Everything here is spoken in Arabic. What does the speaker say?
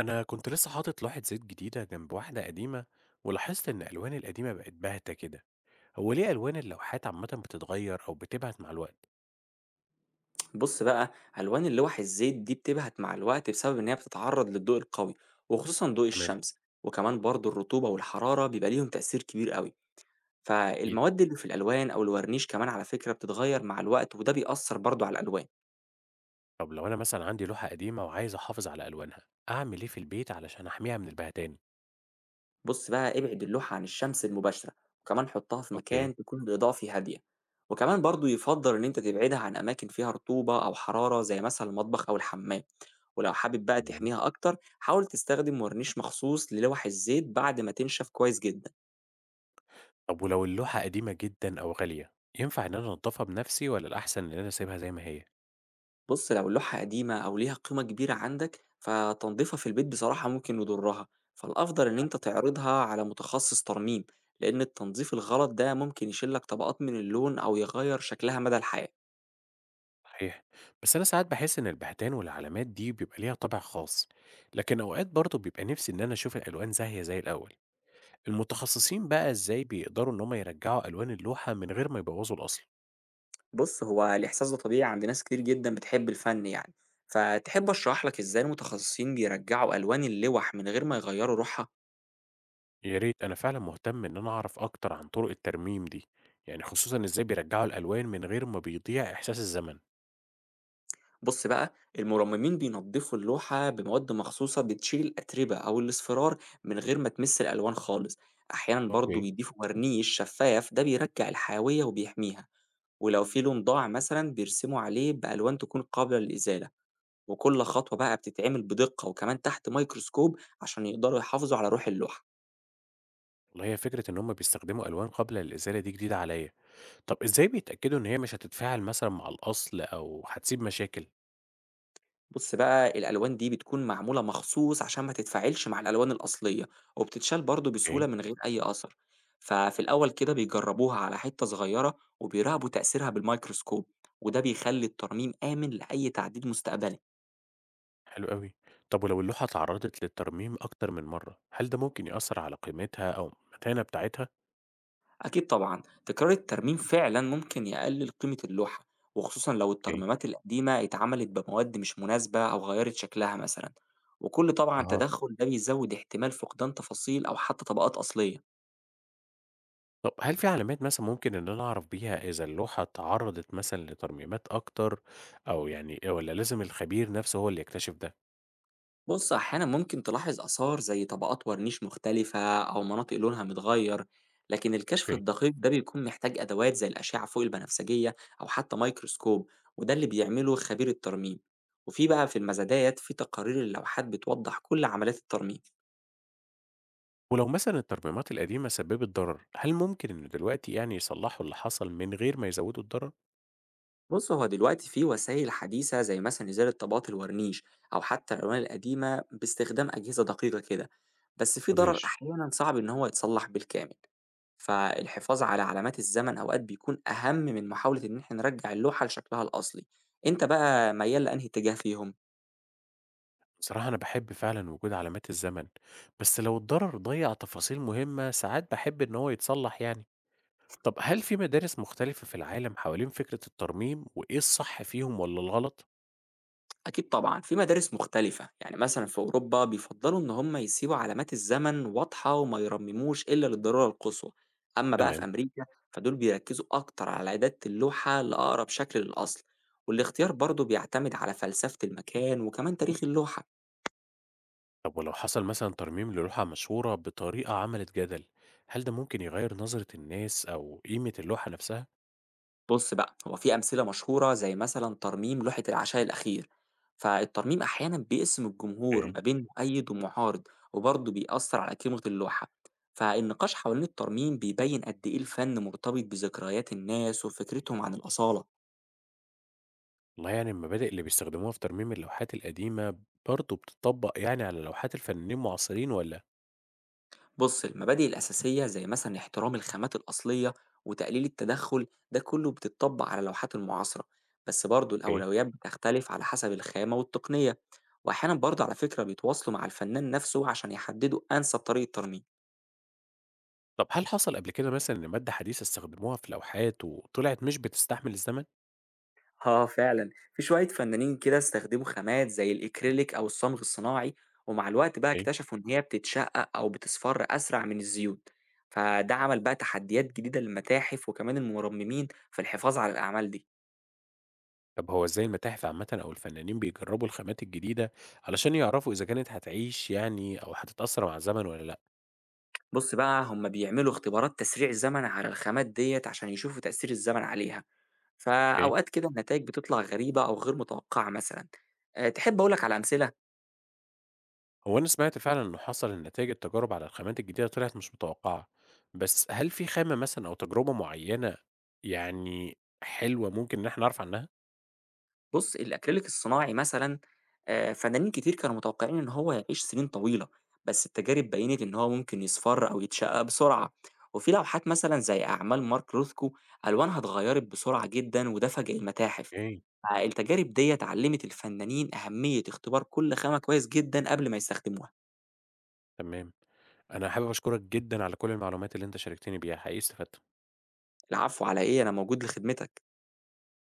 أنا كنت لسه حاطط لوحة زيت جديدة جنب واحدة قديمة، ولاحظت إن ألوان القديمة بقت باهتة كده، هو ليه ألوان اللوحات عامة بتتغير أو بتبهت مع الوقت؟ بص بقى. ألوان اللوح الزيت دي بتبهت مع الوقت بسبب إن هي بتتعرض للضوء القوي، وخصوصا ضوء تمام. الشمس. وكمان برضو الرطوبة والحرارة بيبقى ليهم تأثير كبير قوي. أكيد. فالمواد اللي في الألوان أو الورنيش كمان على فكرة بتتغير مع الوقت، وده بيأثر برضو على الألوان. طب لو أنا مثلا عندي لوحة قديمة وعايز أحافظ على ألوانها، أعمل إيه في البيت علشان أحميها من البهتان؟ بُص بقى، ابعد اللوحة عن الشمس المباشرة، وكمان حُطّها في اوكي. مكان تكون الإضاءة فيه هادية، وكمان برضه يُفضّل إن أنت تبعدها عن أماكن فيها رطوبة أو حرارة زي مثلًا المطبخ أو الحمام، ولو حابب بقى تمام. تحميها أكتر حاول تستخدم ورنيش مخصوص للوح الزيت بعد ما تنشف كويس جدًا. طب ولو اللوحة قديمة جدا أو غالية، ينفع إن أنا أنضفها بنفسي ولا الأحسن إن أنا أسيبها زي ما هي؟ بُص، لو اللوحة قديمة أو ليها قيمة كبيرة عندك، فتنضيفها في البيت بصراحة ممكن يضرها، فالأفضل إن أنت تعرضها على متخصص ترميم، لإن التنضيف الغلط ده ممكن يشيل لك طبقات من اللون أو يغيّر شكلها مدى الحياة. صحيح. بس أنا ساعات بحس إن البهتان والعلامات دي بيبقى ليها طابع خاص، لكن أوقات برضه بيبقى نفسي إن أنا أشوف الألوان زاهية زي الأول. المتخصصين بقى ازاي بيقدروا ان هم يرجعوا الوان اللوحة من غير ما يبوظوا الاصل؟ بُص، هو الإحساس ده طبيعي عند ناس كتير جدًا بتحب الفن يعني، فتحب أشرح لك إزاي المتخصصين بيرجعوا ألوان اللوح من غير ما يغيّروا روحها؟ يا ريت، انا فعلا مهتم ان انا اعرف اكتر عن طرق الترميم دي، يعني خصوصا ازاي بيرجعوا الالوان من غير ما بيضيع احساس الزمن. بُص بقى، المُرممين بينضفوا اللوحة بمواد مخصوصة بتشيل الأتربة أو الأصفرار من غير ما تمس الألوان خالص، أحيانًا برضه اوكي. بيضيفوا ورنيش شفاف ده بيرجّع الحيوية وبيحميها، ولو في لون ضاع مثلًا بيرسموا عليه بألوان تكون قابلة للإزالة، وكل خطوة بقى بتتعمل بدقة وكمان تحت ميكروسكوب عشان يقدروا يحافظوا على روح اللوحة. والله هي فكرة ان هم بيستخدموا الوان قابلة للازالة دي جديدة عليا، طب ازاي بيتأكدوا ان هي مش هتتفاعل مثلا مع الاصل او هتسيب مشاكل؟ بُص بقى، الألوان دي بتكون معمولة مخصوص عشان ما تتفاعلش مع الألوان الأصلية، وبتتشال برضه بسهولة اوكي. من غير أي أثر، ففي الأول كده بيجربوها على حتة صغيرة وبيراقبوا تأثيرها بالميكروسكوب، وده بيخلي الترميم آمن لأي تعديل مستقبلي. حلو قوي. طب ولو اللوحة اتعرضت للترميم اكتر من مرة، هل ده ممكن يأثر على قيمتها او المتانة بتاعتها؟ أكيد طبعًا تكرار الترميم فعلًا ممكن يقلل قيمة اللوحة، وخصوصًا لو اوكي. الترميمات القديمة اتعملت بمواد مش مناسبة أو غيرت شكلها مثلًا، وكل طبعًا اه. تدخل ده بيزود احتمال فقدان تفاصيل أو حتى طبقات أصلية. طب هل في علامات مثلًا ممكن إن أنا أعرف بيها إذا اللوحة اتعرضت مثلًا لترميمات أكتر، أو يعني والّا لازم الخبير نفسه هو اللي يكتشف ده؟ بُص، أحيانًا ممكن تلاحظ آثار زي طبقات ورنيش مختلفة أو مناطق لونها متغير، لكن الكشف أوكي. الدقيق ده بيكون محتاج أدوات زي الأشعة فوق البنفسجية أو حتى مايكروسكوب، وده اللي بيعمله خبير الترميم، وفي بقى المزادات في تقارير اللوحات بتوضح كل عمليات الترميم. ولو مثلًا الترميمات القديمة سببت ضرر، هل ممكن إنه دلوقتي يعني يصلحوا اللي حصل من غير ما يزودوا الضرر؟ بُص، هو دلوقتي في وسائل حديثة زي مثلًا إزالة طبقات الورنيش أو حتى الألوان القديمة باستخدام أجهزة دقيقة كده، بس في ضرر مدهش. أحيانًا صعب إن هو يتصلح بالكامل. فالحفاظ على علامات الزمن أوقات بيكون أهم من محاولة إن إحنا نرجّع اللوحة لشكلها الأصلي، أنت بقى ميّال لأنهي اتجاه فيهم؟ بصراحة أنا باحب فعلًا وجود علامات الزمن، بس لو الضرر ضيّع تفاصيل مهمة ساعات باحب إن هو يتصلح يعني. طب هل في مدارس مختلفة في العالم حوالين فكرة الترميم وإيه الصح فيهم والّا الغلط؟ أكيد طبعًا في مدارس مختلفة، يعني مثلًا في أوروبا بيفضّلوا إن هم يسيبوا علامات الزمن واضحة وما يرمموش إلا للضرورة القصوى، أمّا بقى تمام. في أمريكا فدول بيركّزوا أكتر على إعادة اللوحة لأقرب شكل للأصل، والاختيار برضه بيعتمد على فلسفة المكان وكمان تاريخ اللوحة. طب ولو حصل مثلا ترميم للوحة مشهورة بطريقة عملت جدل، هل ده ممكن يغير نظرة الناس أو قيمة اللوحة نفسها؟ بُص بقى، هو في أمثلة مشهورة زي مثلًا ترميم لوحة العشاء الأخير، فالترميم أحيانًا بيقسم الجمهور اوكي. ما بين مؤيد ومعارض، وبرضه بيأثّر على قيمة اللوحة، فالنقاش حوالين الترميم بيبيّن قد إيه الفن مرتبط بذكريات الناس وفكرتهم عن الأصالة. والله يعني المبادئ اللي بيستخدموها في ترميم اللوحات القديمة برضه بتطبق يعني على لوحات الفنانين المعاصرين ولا؟ بص، المبادئ الأساسية زي مثلا احترام الخامات الأصلية وتقليل التدخل ده كله بتطبق على اللوحات المعاصرة، بس برضه اوكي. الأولويات بتختلف على حسب الخامة والتقنية، وأحيانا برضه على فكرة بيتواصلوا مع الفنان نفسه عشان يحددوا أنسب طريقة ترميم. طب هل حصل قبل كده مثلا إن مادة حديثة استخدموها في لوحات وطلعت مش بتستحمل الزمن؟ اه فعلا في شوية فنانين كده استخدموا خامات زي الإكريليك أو الصمغ الصناعي، ومع الوقت بقى اوكي. اكتشفوا إن هي بتتشقق أو بتصفر أسرع من الزيوت، فده عمل بقى تحديات جديدة للمتاحف وكمان المرممين في الحفاظ على الأعمال دي. طب هو إزاي المتاحف عامة أو الفنانين بيجربوا الخامات الجديدة علشان يعرفوا إذا كانت هتعيش يعني أو هتتأثر مع الزمن ولا؟ بُص بقى، هُم بيعملوا اختبارات تسريع الزمن على الخامات ديّة عشان يشوفوا تأثير الزمن عليها، لأ؟ فأوقات كده النتايج بتطلع غريبة أو غير متوقعة مثلًا. تحب أقول لك على أمثلة؟ هو أنا سمعت فعلًا إنه حصل إن نتايج التجارب على الخامات الجديدة طلعت مش متوقعة، بس هل في خامة مثلًا أو تجربة معيّنة يعني حلوة ممكن إن إحنا نعرف عنها؟ بُص، الأكريليك الصناعي مثلًا، فنانين كتير كانوا متوقعين إن هو هيعيش سنين طويلة، بس التجارب بيّنت إن هو ممكن يصفر أو يتشقق بسرعة، وفي لوحات مثلًا زي أعمال مارك روثكو ألوانها اتغيرت بسرعة جدًا وده فاجأ المتاحف، أوكي. فالتجارب ديّة علمت الفنانين أهمية اختبار كل خامة كويس جدًا قبل ما يستخدموها. تمام، أنا حابب أشكرك جدًا على كل المعلومات اللي أنت شاركتني بيها، حقيقي استفدت. العفو على إيه، أنا موجود لخدمتك.